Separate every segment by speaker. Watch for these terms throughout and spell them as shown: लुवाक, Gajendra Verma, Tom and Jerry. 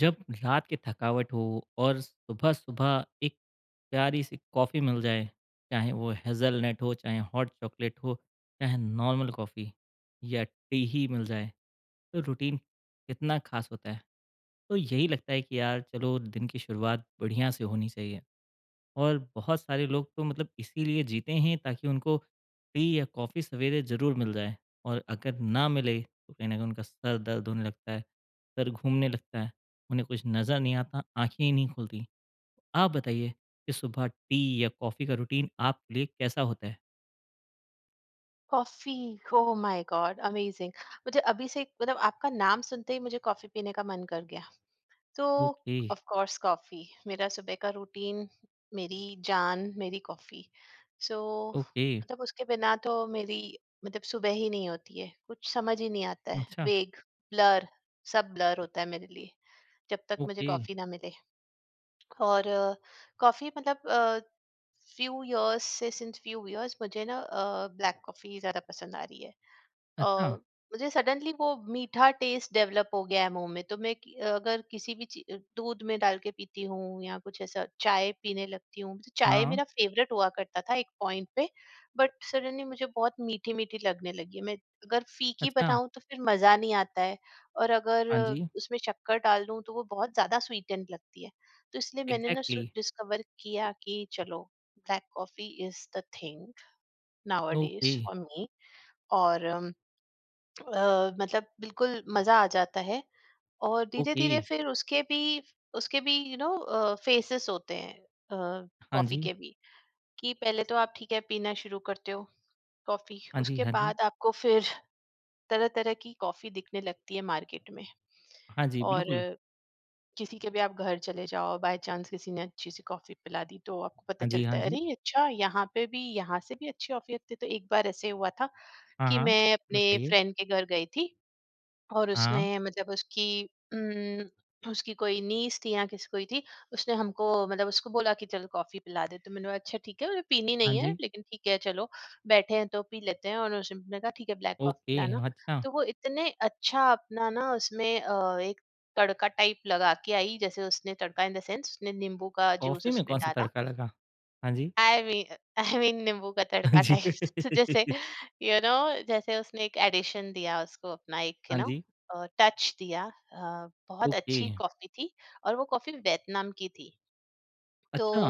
Speaker 1: जब रात की थकावट हो और सुबह-सुबह एक प्यारी सी कॉफ़ी मिल जाए, चाहे वो हेज़लनट हो, चाहे हॉट चॉकलेट हो, चाहे नॉर्मल कॉफ़ी या टी ही मिल जाए, तो रूटीन कितना ख़ास होता है। तो यही लगता है कि यार चलो दिन की शुरुआत बढ़िया से होनी चाहिए। और बहुत सारे लोग तो मतलब इसीलिए जीते हैं ताकि उनको टी या कॉफ़ी सवेरे ज़रूर मिल जाए और अगर ना मिले तो कहीं न कहीं उनका सर दर्द होने लगता है, सर घूमने लगता है, उन्हें कुछ नज़र नहीं आता, आँखें ही नहीं खुलती। आप बताइए कि सुबह टी या कॉफ़ी का रूटीन आपके लिए कैसा होता है?
Speaker 2: Coffee, oh my god! Amazing. मुझे अभी से मतलब आपका नाम सुनते ही मुझे कॉफ़ी पीने का मन कर गया। तो
Speaker 1: ओके,
Speaker 2: ऑफ़ कोर्स कॉफ़ी, मेरा सुबह का रूटीन, मेरी जान, मेरी कॉफ़ी। सो
Speaker 1: ओके,
Speaker 2: मतलब उसके बिना तो मेरी मतलब सुबह ही नहीं होती है, कुछ समझ ही नहीं आता है,
Speaker 1: अच्छा,
Speaker 2: वेग, ब्लर, सब ब्लर होता है मेरे लिए, जब तक मुझे
Speaker 1: ओके,
Speaker 2: कॉफ़ी ना मिले। और कॉफ़ी मतलब फ्यू इयर्स से सिंस फ्यू इयर्स मुझे ना ब्लैक कॉफ़ी ज़्यादा पसंद आ रही है।
Speaker 1: अच्छा,
Speaker 2: अ, मुझे सडनली वो मीठा टेस्ट डेवलप हो गया है मुंह में तो अगर किसी भी ची- दूध में डाल के पीती हूँ या कुछ ऐसा चाय पीने लगती हूँ तो चाय
Speaker 1: हाँ,
Speaker 2: मेरा फेवरेट हुआ करता था एक पॉइंट पे। बट सडनली मुझे बहुत मीठी मीठी लगने लगी है, मैं अगर फीकी
Speaker 1: अच्छा,
Speaker 2: बनाऊं तो फिर मजा नहीं आता है। और अगर
Speaker 1: हाँ जी,
Speaker 2: उसमें शक्कर डाल दूं तो वो बहुत ज्यादा स्वीटेंड लगती है। तो इसलिए मैंने ना
Speaker 1: एग्ज़ैक्टली,
Speaker 2: डिस्कवर किया कि चलो, black coffee is the thing now
Speaker 1: okay,
Speaker 2: for me. और मतलब बिल्कुल मजा आ जाता है। और
Speaker 1: ओके,
Speaker 2: धीरे-धीरे फिर उसके भी फेसेस होते हैं,
Speaker 1: हाँ
Speaker 2: कॉफी
Speaker 1: जी,
Speaker 2: के भी, कि पहले तो आप ठीक है पीना शुरू करते हो कॉफी,
Speaker 1: हाँ जी,
Speaker 2: उसके
Speaker 1: हाँ जी,
Speaker 2: बाद आपको फिर तरह-तरह की कॉफी दिखने लगती है मार्केट में।
Speaker 1: हाँ जी,
Speaker 2: और
Speaker 1: बिल्कुल,
Speaker 2: किसी के भी आप घर चले जाओ, बाय चांस किसी ने अच्छी सी कॉफी पिला दी तो आपको पता
Speaker 1: हाँ जी,
Speaker 2: चलता
Speaker 1: हाँ
Speaker 2: है
Speaker 1: जी।
Speaker 2: अरे अच्छा, यहाँ पे भी, यहाँ से भी अच्छी कॉफी आती है। तो एक बार ऐसे हुआ था
Speaker 1: हाँ,
Speaker 2: कि
Speaker 1: हाँ।
Speaker 2: मैं अपने
Speaker 1: बताइए।
Speaker 2: फ्रेंड के घर गई थी और
Speaker 1: हाँ,
Speaker 2: उसने मतलब उसकी उम, उसकी कोई नीस थी या किसी कोई थी, उसने हमको मतलब उसको बोला कि चल कॉफ़ी पिला दे, तो मैंने बोला अच्छा ठीक है, मुझे पीनी
Speaker 1: हाँ
Speaker 2: नहीं है
Speaker 1: जी।
Speaker 2: लेकिन ठीक है चलो, बैठे हैं तो पी लेते हैं। और उसने कहा ठीक है, ब्लैक कॉफ़ी
Speaker 1: ओके,
Speaker 2: पिलाना।
Speaker 1: अच्छा,
Speaker 2: तो वो इतने अच्छा अपना ना उसमें एक तड़का टाइप लगा के आई, जैसे उसने तड़का इन द सेंस उसने नींबू का जूस
Speaker 1: कॉफ़ी में
Speaker 2: उसमें
Speaker 1: कौन-सा
Speaker 2: डाला।
Speaker 1: तड़का लगा? हाँ जी,
Speaker 2: आई मीन आई मीन नींबू का
Speaker 1: हाँ
Speaker 2: तड़का
Speaker 1: जी।
Speaker 2: टाइप जैसे यू you नो know, जैसे उसने एक एडिशन दिया, उसको अपना एक यू
Speaker 1: हाँ
Speaker 2: नो
Speaker 1: जी,
Speaker 2: टच दिया। बहुत
Speaker 1: ओके,
Speaker 2: अच्छी कॉफी थी और वो कॉफी वियतनाम की थी। तो
Speaker 1: अच्छा,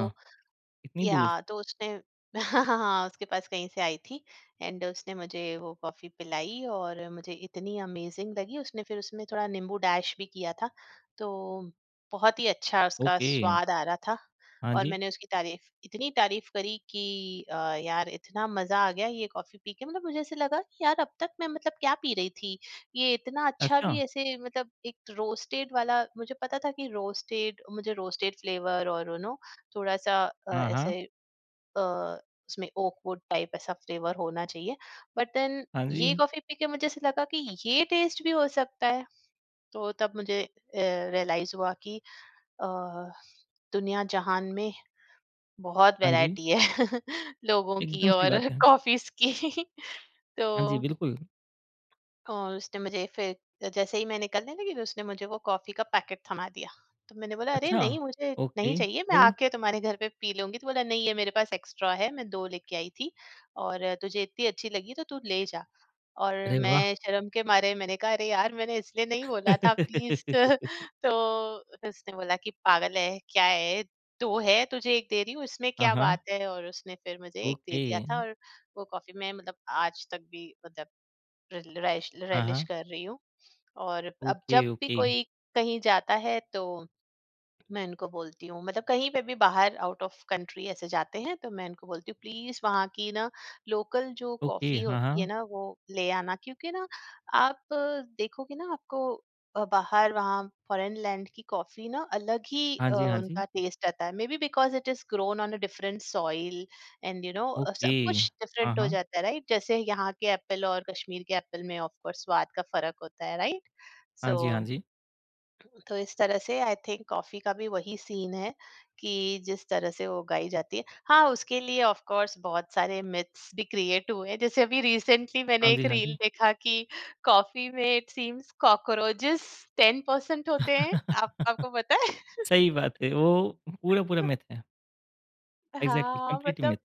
Speaker 1: इतनी दूर?
Speaker 2: या तो उसने हाँ, उसके पास कहीं से आई थी। एंड उसने मुझे वो कॉफ़ी पिलाई और मुझे इतनी अमेज़िंग लगी, उसने फिर उसमें थोड़ा नींबू डैश भी किया था, तो बहुत ही अच्छा उसका
Speaker 1: ओके,
Speaker 2: स्वाद आ रहा था।
Speaker 1: हाँ
Speaker 2: और
Speaker 1: जी,
Speaker 2: मैंने उसकी तारीफ़ इतनी तारीफ़ करी कि यार इतना मज़ा आ गया ये कॉफ़ी पी के, मतलब मुझे ऐसे लगा कि यार अब तक मैं मतलब क्या पी रही थी? ये इतना अच्छा
Speaker 1: अच्छा,
Speaker 2: भी, ऐसे मतलब एक रोस्टेड वाला मुझे पता था कि रोस्टेड, मुझे रोस्टेड फ्लेवर और यू नो थोड़ा सा
Speaker 1: हाँ, हाँ,
Speaker 2: ऐसे अ, उसमें ओकवुड टाइप ऐसा फ्लेवर होना चाहिए। बट देन
Speaker 1: हाँ
Speaker 2: ये
Speaker 1: जी,
Speaker 2: कॉफी पी के मुझे ऐसे लगा कि ये टेस्ट भी हो सकता है। तो तब मुझे रियलाइज हुआ कि अ, दुनिया जहान में बहुत
Speaker 1: हाँ जी,
Speaker 2: वैरायटी है लोगों की
Speaker 1: एकदम सही
Speaker 2: और
Speaker 1: बात है।
Speaker 2: कॉफीज की तो
Speaker 1: हाँ जी, बिल्कुल,
Speaker 2: और उसने मुझे फिर जैसे ही मैं निकलने लगी तो उसने मुझे वो कॉफ़ी का पैकेट थमा दिया। तो मैंने बोला अरे
Speaker 1: अच्छा,
Speaker 2: नहीं, मुझे नहीं
Speaker 1: ओके,
Speaker 2: चाहिए, मैं
Speaker 1: फिर?
Speaker 2: आके तुम्हारे घर पे पी लूँगी। तो बोला नहीं, ये मेरे पास एक्स्ट्रा है, मैं 2 लेके आई थी और तुझे इतनी अच्छी लगी तो तू ले जा। और
Speaker 1: अरे वाह!
Speaker 2: मैं शर्म के मारे, मैंने कहा अरे यार मैंने इसलिए नहीं बोला था, प्लीज़। तो फिर उसने बोला कि पागल है, क्या है? 2 है, तुझे 1 दे रही हूँ, इसमें
Speaker 1: हाँ,
Speaker 2: क्या
Speaker 1: हाँ,
Speaker 2: बात है? और उसने फिर मुझे 1 दे
Speaker 1: ओके,
Speaker 2: दिया था। और वो कॉफ़ी मैं मतलब आज तक भी मतलब रिलिश
Speaker 1: हाँ,
Speaker 2: रिलिश
Speaker 1: हाँ,
Speaker 2: कर रही हूँ। और अब
Speaker 1: ओके,
Speaker 2: जब भी
Speaker 1: ओके,
Speaker 2: कोई कहीं जाता है तो मैं इनको बोलती हूँ, मतलब कहीं पे भी बाहर आउट ऑफ कंट्री ऐसे जाते हैं तो मैं इनको बोलती हूँ प्लीज वहाँ की ना लोकल जो
Speaker 1: ओके,
Speaker 2: कॉफी
Speaker 1: हाँ,
Speaker 2: होती है
Speaker 1: हाँ,
Speaker 2: ना, वो ले आना, क्योंकि ना आप देखोगे ना, आपको बाहर वहाँ फॉरेन लैंड की कॉफी ना अलग ही
Speaker 1: हाँ जी, हाँ जी,
Speaker 2: उनका टेस्ट आता है। Maybe because it is grown on a different soil and you know
Speaker 1: okay,
Speaker 2: सब कुछ
Speaker 1: हाँ,
Speaker 2: डिफरेंट हो
Speaker 1: हाँ,
Speaker 2: जाता है, राइट? जैसे यहाँ के एप्पल और कश्मीर के एप्पल में ऑफ कोर्स स्वाद का फर्क होता है, राइट?
Speaker 1: हाँ
Speaker 2: सो
Speaker 1: जी, हाँ जी,
Speaker 2: तो इस तरह से आई थिंक कॉफी का भी वही सीन है कि जिस तरह से वो उगाई जाती है, हाँ उसके लिए ऑफ कोर्स बहुत सारे मिथ्स भी क्रिएट हुए हैं। जैसे अभी रिसेंटली मैंने
Speaker 1: हाँ
Speaker 2: एक
Speaker 1: जी, हाँ
Speaker 2: रील
Speaker 1: जी।
Speaker 2: देखा कि कॉफी में इट सीम्स कॉकरोचेस 10% होते हैं। आप, आपको पता है?
Speaker 1: सही बात है, वो पूरा-पूरा मिथ है। एग्ज़ैक्टली
Speaker 2: हाँ
Speaker 1: कंप्लीट मिथ।
Speaker 2: मतलब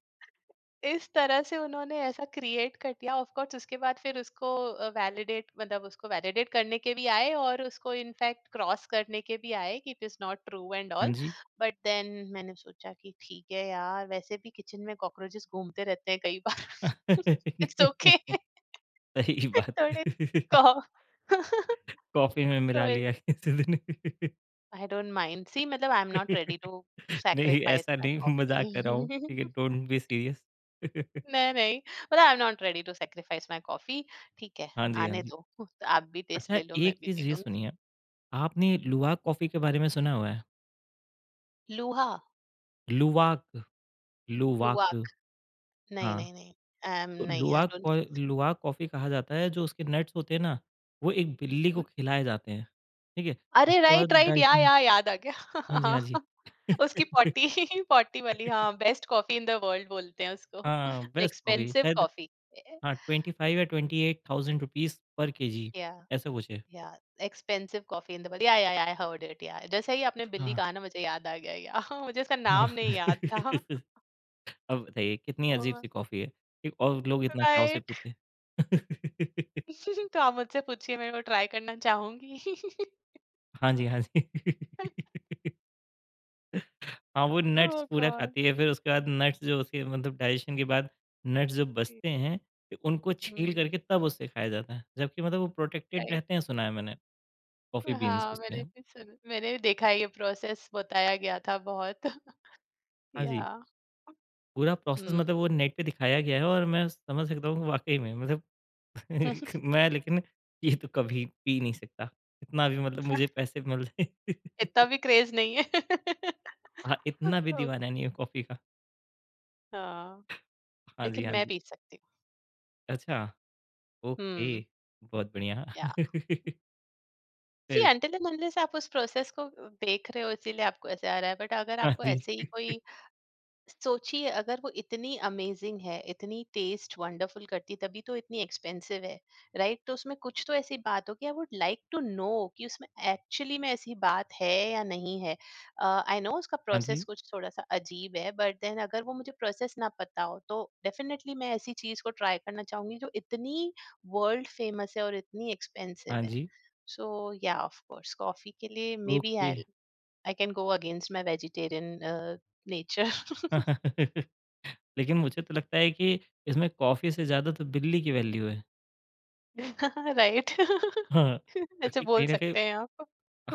Speaker 2: इस तरह से उन्होंने ऐसा क्रिएट कर दिया, ऑफ कोर्स उसके बाद फिर उसको वैलिडेट, मतलब उसको वैलिडेट करने के भी आए और उसको इनफैक्ट क्रॉस करने के भी आए कि it is not true and
Speaker 1: हाँ
Speaker 2: ऑल।
Speaker 1: जी।
Speaker 2: बट देन मैंने सोचा कि ठीक है यार, वैसे भी किचन में कॉकरोचेस घूमते रहते हैं कई बार। It's okay.
Speaker 1: सही बात।
Speaker 2: थोड़े कहो।
Speaker 1: कॉफ़ी में मिला
Speaker 2: तो
Speaker 1: लिया किसी दिन।
Speaker 2: आई डोंट माइंड, सी मतलब I am not ready to
Speaker 1: नहीं,
Speaker 2: सैक्रिफाइस
Speaker 1: ऐसा
Speaker 2: माय
Speaker 1: नहीं मज़ाक कर रहा हूँ, ठीक
Speaker 2: कॉफी।
Speaker 1: है? Don't be serious.
Speaker 2: नहीं नहीं, मतलब I am not ready to sacrifice my coffee, ठीक है,
Speaker 1: हाँ जी, हाँ
Speaker 2: आने
Speaker 1: जी।
Speaker 2: दो तो आप भी टेस्ट
Speaker 1: अच्छा
Speaker 2: ले लो, मैं
Speaker 1: एक
Speaker 2: भी
Speaker 1: चीज़
Speaker 2: दे
Speaker 1: ये
Speaker 2: दूंगी।
Speaker 1: सुनिए, आपने लुवाक कॉफ़ी के बारे में सुना हुआ है?
Speaker 2: लूहा।
Speaker 1: लुवाक लुवाक
Speaker 2: लुआक। नहीं
Speaker 1: हाँ।
Speaker 2: नहीं नहीं,
Speaker 1: तो
Speaker 2: नहीं, आई डोंट
Speaker 1: लुवाक कॉफ़ी कहा जाता है, जो उसके नट्स होते हैं ना, वो एक बिल्ली को
Speaker 2: थिंक।
Speaker 1: खिलाए जाते हैं, ठीक है?
Speaker 2: अरे
Speaker 1: उसके बाद
Speaker 2: राइट राइट,
Speaker 1: डाइजेशन
Speaker 2: या याद आ गया।
Speaker 1: हाँ जी,
Speaker 2: हाँ,
Speaker 1: हाँ जी।
Speaker 2: उसकी पॉटी, पॉटी वाली, हाँ। Best coffee in the world बोलते हैं उसको।
Speaker 1: हाँ, बेस्ट कॉफ़ी
Speaker 2: एक्सपेंसिव
Speaker 1: शायद
Speaker 2: कॉफी,
Speaker 1: हाँ, 25 या 28,000 रुपीज़ पर केजी
Speaker 2: या
Speaker 1: ऐसा कुछ है।
Speaker 2: या expensive coffee in the world या आई हर्ड इट। या जैसे ही आपने बिल्ली
Speaker 1: हाँ।
Speaker 2: कहा ना, मुझे याद आ गया। या मुझे इसका नाम नहीं याद था।
Speaker 1: अब बताइए कितनी अजीब-सी कॉफ़ी है, ठीक? और लोग इतना चाव से
Speaker 2: राइट।
Speaker 1: पीते हैं।
Speaker 2: तो आप मुझसे पूछिए, मैं वो ट्राई करना चाहूँगी।
Speaker 1: हाँ जी, हाँ जी। हाँ, वो नट्स
Speaker 2: ओह
Speaker 1: पूरा
Speaker 2: गॉड!
Speaker 1: खाती है, फिर उसके बाद नट्स जो उसके मतलब डाइजेशन के बाद नट्स जो
Speaker 2: जी।
Speaker 1: बचते हैं, फिर उनको छील
Speaker 2: हुँ,
Speaker 1: करके तब उसे खाया जाता है। जबकि मतलब वो प्रोटेक्टेड
Speaker 2: राइट।
Speaker 1: रहते हैं सुना है मैंने, कॉफ़ी बीन्स
Speaker 2: हाँ,
Speaker 1: उसके।
Speaker 2: मैंने भी सुन, मैंने भी देखा है, ये प्रोसेस बताया गया था बहुत।
Speaker 1: हाँ जी,
Speaker 2: याह।
Speaker 1: पूरा प्रोसेस
Speaker 2: हुँ।
Speaker 1: मतलब वो नेट पे दिखाया गया है और मैं समझ सकता हूँ वाक़ई में मतलब मैं लेकिन ये तो कभी पी नहीं सकता। इतना भी मतलब मुझे पैसे मिलते
Speaker 2: इतना भी क्रेज़ नहीं है।
Speaker 1: हाँ, इतना भी
Speaker 2: ओह,
Speaker 1: दीवाना नहीं हूँ कॉफ़ी का।
Speaker 2: हाँ,
Speaker 1: हाँ जी,
Speaker 2: लेकिन
Speaker 1: हाँ
Speaker 2: मैं
Speaker 1: जी।
Speaker 2: पी सकती हूँ।
Speaker 1: अच्छा,
Speaker 2: हुँ,
Speaker 1: ओके, बहुत बढ़िया।
Speaker 2: याह, सी
Speaker 1: फिर
Speaker 2: अंटिल एंड अनलेस आप उस प्रोसेस को देख रहे हो इसीलिए आपको ऐसे आ रहा है, बट अगर
Speaker 1: हाँ
Speaker 2: आपको
Speaker 1: जी,
Speaker 2: ऐसे ही कोई सोचिए, अगर वो इतनी अमेजिंग है, इतनी टेस्ट वंडरफुल करती तभी तो इतनी एक्सपेंसिव है, राइट? तो उसमें कुछ तो ऐसी बात होगी, I would like to know कि उसमें एक्चुअली में ऐसी बात है या नहीं है। आई नो उसका
Speaker 1: हाँ जी।
Speaker 2: प्रोसेस कुछ थोड़ा-सा अजीब है, बट देन अगर वो मुझे प्रोसेस ना पता हो तो डेफिनेटली मैं ऐसी चीज़ को ट्राई करना चाहूँगी जो इतनी वर्ल्ड फेमस है और इतनी एक्सपेंसिव
Speaker 1: हाँ
Speaker 2: है।
Speaker 1: जी,
Speaker 2: सो या ऑफ कोर्स कॉफ़ी के लिए maybe
Speaker 1: okay.
Speaker 2: I I can go against my vegetarian nature.
Speaker 1: लेकिन मुझे तो लगता है कि इसमें कॉफ़ी से ज़्यादा तो बिल्ली की वैल्यू है।
Speaker 2: राइट।
Speaker 1: हाँ,
Speaker 2: ऐसे
Speaker 1: क्योंकि
Speaker 2: बोल
Speaker 1: कहीं न कहीं
Speaker 2: सकते हैं आप।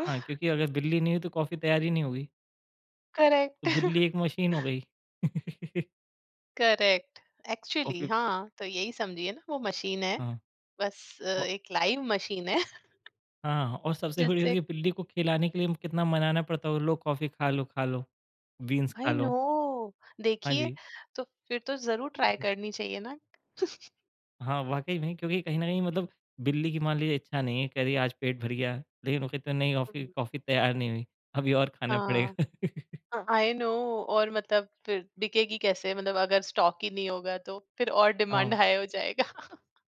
Speaker 1: हाँ, क्योंकि अगर बिल्ली नहीं हुई तो कॉफ़ी तैयार ही नहीं होगी। तो
Speaker 2: करेक्ट।
Speaker 1: बिल्ली एक मशीन हो गई।
Speaker 2: करेक्ट, एक्चुअली
Speaker 1: कॉफ़ी
Speaker 2: हाँ तो यही समझिए ना, वो मशीन है,
Speaker 1: हाँ,
Speaker 2: बस
Speaker 1: औ
Speaker 2: एक लाइव मशीन है।
Speaker 1: हाँ और सबसे बड़ी बात
Speaker 2: जिससे
Speaker 1: ये बिल्ली को खिलाने के लिए कितना मनाना पड़ता है, "लो कॉफ़ी खा लो, बीन्स खा
Speaker 2: आई नो,
Speaker 1: लो।" हाँ
Speaker 2: देखिए
Speaker 1: जी।
Speaker 2: तो फिर तो जरूर ट्राई करनी चाहिए ना।
Speaker 1: हाँ, वाक़ई में क्योंकि कहीं न कहीं मतलब बिल्ली की मान लीजिए इच्छा नहीं है, कह रही है आज पेट भर गया, लेकिन वो कहते हैं नहीं ऑफ़ी
Speaker 2: हम्म।
Speaker 1: कॉफ़ी तैयार नहीं हुई, अभी और खाना
Speaker 2: हाँ,
Speaker 1: पड़ेगा।
Speaker 2: आई नो और मतलब फिर बिकेगी कैसे, मतलब अगर स्टॉक ही नहीं होगा तो फिर और
Speaker 1: हाँ,
Speaker 2: डिमांड हाई हो जाएगा।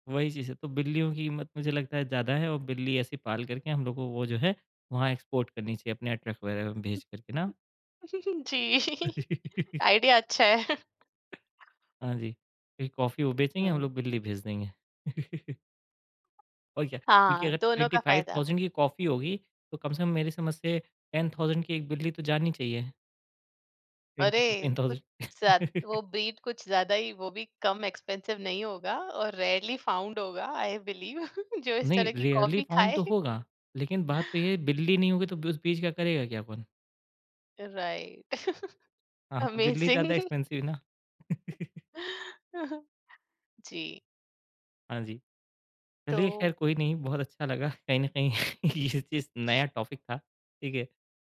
Speaker 1: वही चीज़ है, तो बिल्लियों की कीमत मुझे लगता है ज़्यादा है और बिल्ली ऐसी पाल करके हम लोग को वो जो है वहाँ एक्सपोर्ट करनी चाहिए अपने ट्रक वगैरह में भेज करके ना।
Speaker 2: जी। आइडिया अच्छा है।
Speaker 1: हाँ जी, फिर कॉफ़ी वो बेचेंगे, हम
Speaker 2: हम्म।
Speaker 1: लोग बिल्ली भेज देंगे। और क्या, क्योंकि अगर
Speaker 2: हाँ, दोनों का फायदा।
Speaker 1: 25,000 की कॉफ़ी होगी, तो कम से कम मेरी समझ से 10,000 की एक बिल्ली तो जानी चाहिए, 10 टू
Speaker 2: अरे! कुछ ज़्याद,
Speaker 1: 15,000
Speaker 2: वो बीट कुछ ज़्यादा ही, वो भी कम एक्सपेंसिव नहीं होगा और रेयरली फाउंड होगा, आई बिलीव, जो इस
Speaker 1: नहीं,
Speaker 2: तरह की
Speaker 1: रेयरली
Speaker 2: कॉफ़ी
Speaker 1: फाउंड तो
Speaker 2: खाए।
Speaker 1: होगा, लेकिन बात तो ये है बिल्ली नहीं होगी तो ब उस बीज का करेगा क्या कौन?
Speaker 2: राइट,
Speaker 1: हाँ, तो बिल्ली ज़्यादा
Speaker 2: अमेज़िंग।
Speaker 1: एक्सपेंसिव है ना।
Speaker 2: जी,
Speaker 1: हाँ जी,
Speaker 2: तो
Speaker 1: चलिए ख़ैर कोई नहीं बहुत अच्छा लगा कहीं न कहीं ये चीज़ नया टॉपिक था, ठीक है।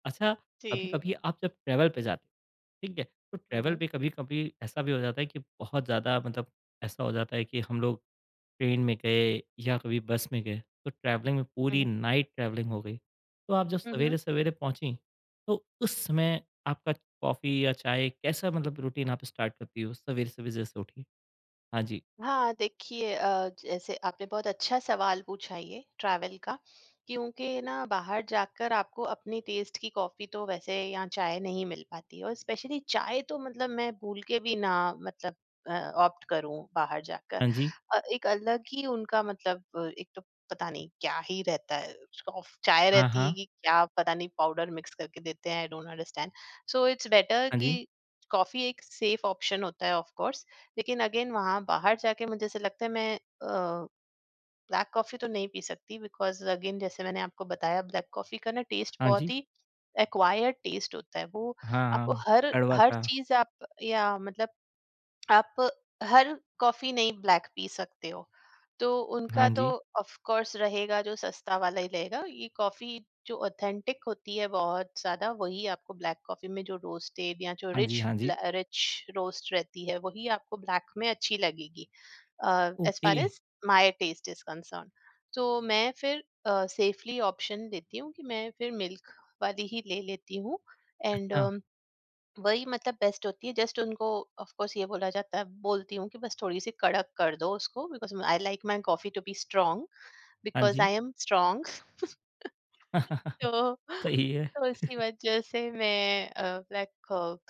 Speaker 1: अच्छा,
Speaker 2: जी।
Speaker 1: कभी-कभी आप जब ट्रैवल पे जाते हो, ठीक है, तो
Speaker 2: हुँ,
Speaker 1: ट्रैवल
Speaker 2: हुँ।
Speaker 1: पे कभी-कभी ऐसा भी हो जाता है कि बहुत ज़्यादा मतलब ऐसा हो जाता है कि हम लोग ट्रेन में गए या कभी बस में गए तो ट्रैवलिंग में पूरी
Speaker 2: हुँ,
Speaker 1: नाइट ट्रैवलिंग हो गई तो आप जब
Speaker 2: हुँ।
Speaker 1: सवेरे सवेरे पहुंची तो उस समय आपका कॉफ़ी या चाय कैसा मतलब रूटीन आप स्टार्ट करती हो सवेरे सवेरे जैसे उठी हाँ जी
Speaker 2: हाँ देखिए, जैसे आपने बहुत अच्छा सवाल पूछा ये ट्रैवल का, क्योंकि ना बाहर जाकर आपको अपनी टेस्ट की कॉफ़ी तो वैसे यहाँ, चाय नहीं मिल पाती। और स्पेशली चाय तो मतलब मैं भूल के भी ना मतलब ऑप्ट करूँ बाहर जाकर।
Speaker 1: हाँ जी
Speaker 2: एक अलग ही उनका मतलब एक तो पता नहीं क्या ही रहता है, चाय
Speaker 1: हाँ
Speaker 2: रहती है
Speaker 1: हाँ
Speaker 2: कि क्या, पता नहीं पाउडर मिक्स करके देते हैं, I don't understand. So it's better
Speaker 1: हाँ
Speaker 2: कि
Speaker 1: जी
Speaker 2: कॉफी एक सेफ ऑप्शन होता है, ऑफ कोर्स। लेकिन अगेन वहाँ बाहर जाके मुझे ऐसा लगता है मैं ब्लैक कॉफी तो नहीं पी सकती, बिकॉज़ अगेन जैसे मैंने आपको बताया, ब्लैक कॉफी का ना टेस्ट
Speaker 1: हाँ
Speaker 2: बहुत
Speaker 1: जी
Speaker 2: ही एक्वायर्ड टेस्ट होता है। वो
Speaker 1: हाँ
Speaker 2: आपको
Speaker 1: हाँ
Speaker 2: हर,
Speaker 1: कड़वा
Speaker 2: हर
Speaker 1: था
Speaker 2: चीज़ आप या मतलब आप हर कॉफी नहीं ब्लैक पी सकते हो। तो
Speaker 1: हाँ
Speaker 2: उनका तो
Speaker 1: जी
Speaker 2: ऑफ कोर्स रहेगा, जो सस्ता वाला ही रहेगा ये कॉफी, जो ऑथेंटिक होती है बहुत ज्यादा वही आपको ब्लैक कॉफी में, जो रोस्टेड या जो
Speaker 1: हाँ जी
Speaker 2: रिच,
Speaker 1: हाँ जी
Speaker 2: रिच रोस्ट रहती है वही आपको ब्लैक में अच्छी लगेगी। As
Speaker 1: okay
Speaker 2: far as my taste is concern, तो मैं फिर सेफली ऑप्शन लेती हूँ कि मैं फिर मिल्क वाली ही ले लेती हूँ। एंड
Speaker 1: अच्छा
Speaker 2: वही मतलब बेस्ट होती है, जस्ट उनको ऑफ कोर्स ये बोला जाता है, बोलती हूँ कि बस थोड़ी सी कड़क कर दो उसको, because I like my coffee to be strong,
Speaker 1: हाँ
Speaker 2: बिकॉज
Speaker 1: जी
Speaker 2: आई एम स्ट्रांग। तो
Speaker 1: सही है
Speaker 2: तो इसी वजह से मैं ब्लैक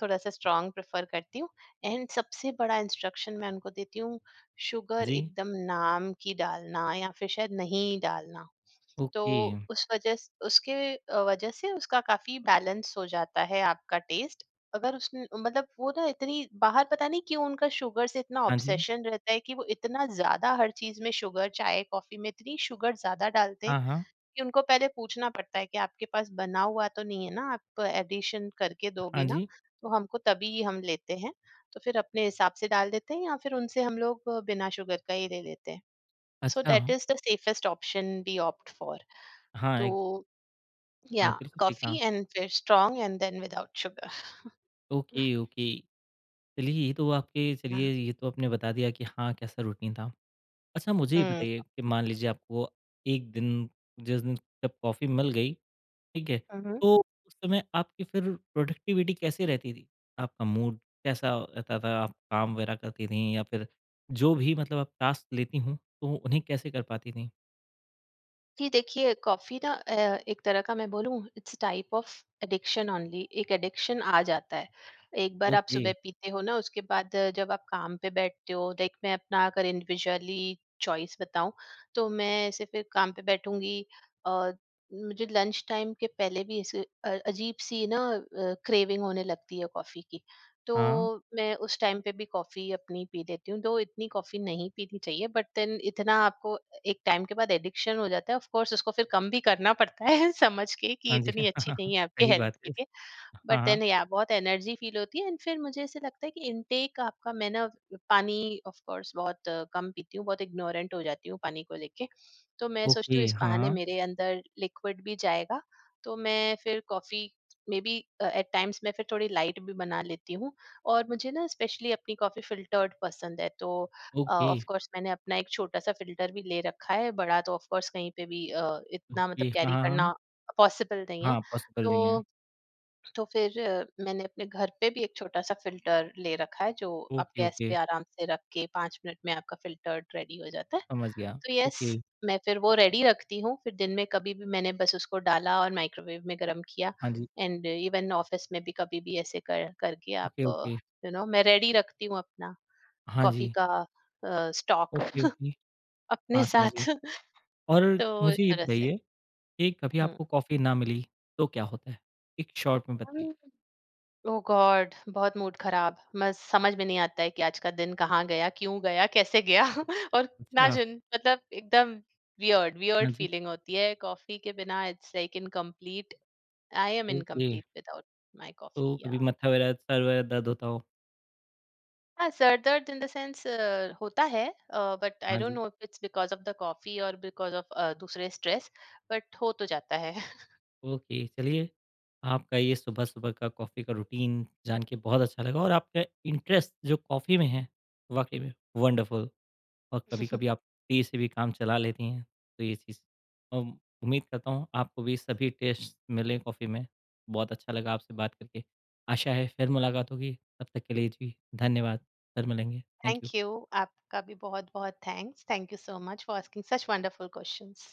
Speaker 2: थोड़ा सा स्ट्रांग प्रेफर करती हूँ। एंड सबसे बड़ा इंस्ट्रक्शन मैं उनको देती हूँ शुगर
Speaker 1: जी
Speaker 2: एकदम नाम की डालना या फिर शायद नहीं डालना। तो
Speaker 1: ओके
Speaker 2: उस वजह स उसके अ, वजह से उसका काफ़ी बैलेंस हो जाता है आपका टेस्ट। अगर उसने मतलब वो ना इतनी बाहर पता नहीं क्यों उनका शुगर से इतना
Speaker 1: हाँ जी
Speaker 2: ऑब्सेशन रहता है कि वो इतना ज़्यादा हर चीज़ में शुगर, चाय, कॉफ़ी में इतनी शुगर ज़्यादा डालते हैं
Speaker 1: हाँ हाँ
Speaker 2: कि उनको पहले पूछना पड़ता है कि आपके पास बना हुआ तो नहीं है ना? आप एडिशन करके
Speaker 1: हाँ
Speaker 2: दोगे ना,
Speaker 1: जी
Speaker 2: तो हमको तभी हम लेते हैं। तो फिर अपने हिसाब से डाल देते हैं या फिर उनसे हम लोग बिना शुगर का ही ले लेते हैं। सो
Speaker 1: अच्छा
Speaker 2: that is the safest option we opt for.
Speaker 1: हाँ
Speaker 2: तो
Speaker 1: हाँ
Speaker 2: Yeah,
Speaker 1: बिल्कुल ठीक हाँ
Speaker 2: coffee and very strong and then without sugar.
Speaker 1: Okay okay चलिए
Speaker 2: Yeah.
Speaker 1: ये तो आपने बता दिया कि हाँ, कैसा रूटीन था। अच्छा मुझे ये
Speaker 2: Mm.
Speaker 1: बताइए कि मान लीजिए आपको 1 दिन जिस दिन जब कॉफ़ी मिल गई, ठीक है?
Speaker 2: Mhm.
Speaker 1: तो उस समय आपकी फिर प्रोडक्टिविटी कैसी रहती थी? आपका मूड कैसा रहता था? आप काम वगैरह करती थीं या फिर जो भी मतलब आप टास्क लेती हों, तो उन्हें कैसे कर पाती थीं?
Speaker 2: जी देखिए कॉफ़ी ना एक तरह का मैं बोलूँ it's type of addiction only. एक एडिक्शन आ जाता है। एक बार आप
Speaker 1: ओके,
Speaker 2: सुबह पीते हो ना उसके बाद जब आप काम पे बैठते हो लाइक मैं अपना अगर इंडिविजुअली चॉइस बताऊं तो मैं ऐसे फिर काम पे बैठूंगी। और मुझे लंच टाइम के पहले भी ऐसे अजीब सी ना क्रेविंग होने लगती है कॉफ़ी की। तो
Speaker 1: हाँ।
Speaker 2: मैं उस टाइम पे भी कॉफ़ी अपनी पी लेती हूँ दो इतनी कॉफ़ी नहीं पीनी चाहिए बट देन इतना आपको एक टाइम के बाद एडिक्शन हो जाता है। ऑफ कोर्स उसको फिर कम भी करना पड़ता है समझ के कि
Speaker 1: हाँ जी।
Speaker 2: इतनी
Speaker 1: हाँ
Speaker 2: अच्छी
Speaker 1: हाँ हाँ,
Speaker 2: नहीं है आपके
Speaker 1: सही
Speaker 2: हेल्थ
Speaker 1: बात
Speaker 2: के
Speaker 1: है।
Speaker 2: लिए।
Speaker 1: हाँ,
Speaker 2: बट
Speaker 1: हाँ।
Speaker 2: देन या बहुत एनर्जी फील होती है एंड फिर मुझे ऐसे लगता है कि इनटेक आपका मैं ना पानी ऑफ कोर्स बहुत कम पीती हूँ। बहुत इग्नोरेंट हो जाती हूँ पानी को लेके। तो मैं सोचती
Speaker 1: ओके,
Speaker 2: हूँ इस बहाने
Speaker 1: हाँ।
Speaker 2: मेरे अंदर लिक्विड भी जाएगा। तो मैं फिर coffee may be at times मैं फिर थोड़ी लाइट भी बना लेती हूँ। और मुझे ना स्पेशली अपनी कॉफी फिल्टर्ड पसंद है तो
Speaker 1: ओके,
Speaker 2: ऑफ कोर्स मैंने अपना एक छोटा सा फिल्टर भी ले रखा है। बड़ा तो ऑफ कोर्स कहीं पे भी इतना
Speaker 1: ओके।
Speaker 2: मतलब
Speaker 1: हाँ,
Speaker 2: कैरी
Speaker 1: हाँ, हाँ।
Speaker 2: करना पॉसिबल नहीं है।
Speaker 1: हाँ, पॉसिबल नहीं है।
Speaker 2: तो तो फिर मैंने अपने घर पे भी एक छोटा-सा फ़िल्टर ले रखा है, जो आप
Speaker 1: ओके,
Speaker 2: गैस
Speaker 1: ओके।
Speaker 2: पे आराम से रख के 5 मिनट में आपका फ़िल्टर्ड रेडी हो जाता है।
Speaker 1: समझ गया,
Speaker 2: तो यस,
Speaker 1: ओके।
Speaker 2: मैं फिर वो
Speaker 1: और-
Speaker 2: रेडी रखती हूँ, फिर दिन में कभी भी मैंने बस उसको डाला और माइक्रोवेव में गरम किया।
Speaker 1: हाँ जी,
Speaker 2: एंड इवन ऑफ़िस में भी कभी भी ऐसे कर करके
Speaker 1: ओके,
Speaker 2: आप
Speaker 1: ओके।
Speaker 2: यू नो मैं रेडी रखती हूँ अपना
Speaker 1: हाँ
Speaker 2: कॉफ़ी
Speaker 1: जी,
Speaker 2: का स्टॉक
Speaker 1: ओके, ओके।
Speaker 2: अपने
Speaker 1: हाँ, समझ गया
Speaker 2: साथ
Speaker 1: और
Speaker 2: तो इस
Speaker 1: मुझे ये
Speaker 2: तरह से।
Speaker 1: बताइए कि कभी आपको कॉफ़ी ना मिली तो क्या होता है? एक शॉर्ट में बताइए।
Speaker 2: हुँ। ओह गॉड! बहुत मूड खराब। मैं समझ में नहीं आता है कि आज का दिन कहाँ गया, क्यों गया, कैसे गया और
Speaker 1: अच्छा।
Speaker 2: इमेजिन मतलब एकदम वियर्ड
Speaker 1: हाँ
Speaker 2: वियर्ड
Speaker 1: जी,
Speaker 2: फीलिंग होती है कॉफ़ी के बिना। It's like incomplete, I am
Speaker 1: okay.
Speaker 2: Incomplete without my
Speaker 1: तो
Speaker 2: कॉफ़ी
Speaker 1: कभी
Speaker 2: या।
Speaker 1: मत्था वगैरह सर वगैरह दर्द होता हो?
Speaker 2: हाँ, सर दर्द इन द सेंस होता है बट आई
Speaker 1: हाँ
Speaker 2: डोंट
Speaker 1: जी,
Speaker 2: know if it's because of the coffee और बिकॉज़ ऑफ दूसरे स्ट्रेस बट हो तो जाता है।
Speaker 1: ओके। चलिए, आपका ये सुबह-सुबह का कॉफ़ी का रूटीन जान के बहुत अच्छा लगा और आपका इंटरेस्ट जो कॉफ़ी में है, वाक़ई में वंडरफुल। और कभी-कभी आप टी से भी काम चला लेती हैं, तो ये चीज़ अम, उम्मीद करता हूँ आपको भी सभी टेस्ट मिलें कॉफ़ी में। बहुत अच्छा लगा आपसे बात करके। आशा है फिर मुलाकात होगी, तब तक के लिए जी धन्यवाद। फिर मिलेंगे। Thank
Speaker 2: thank
Speaker 1: you.
Speaker 2: यू, आपका भी बहुत-बहुत thanks. Thank you so much for asking such wonderful questions.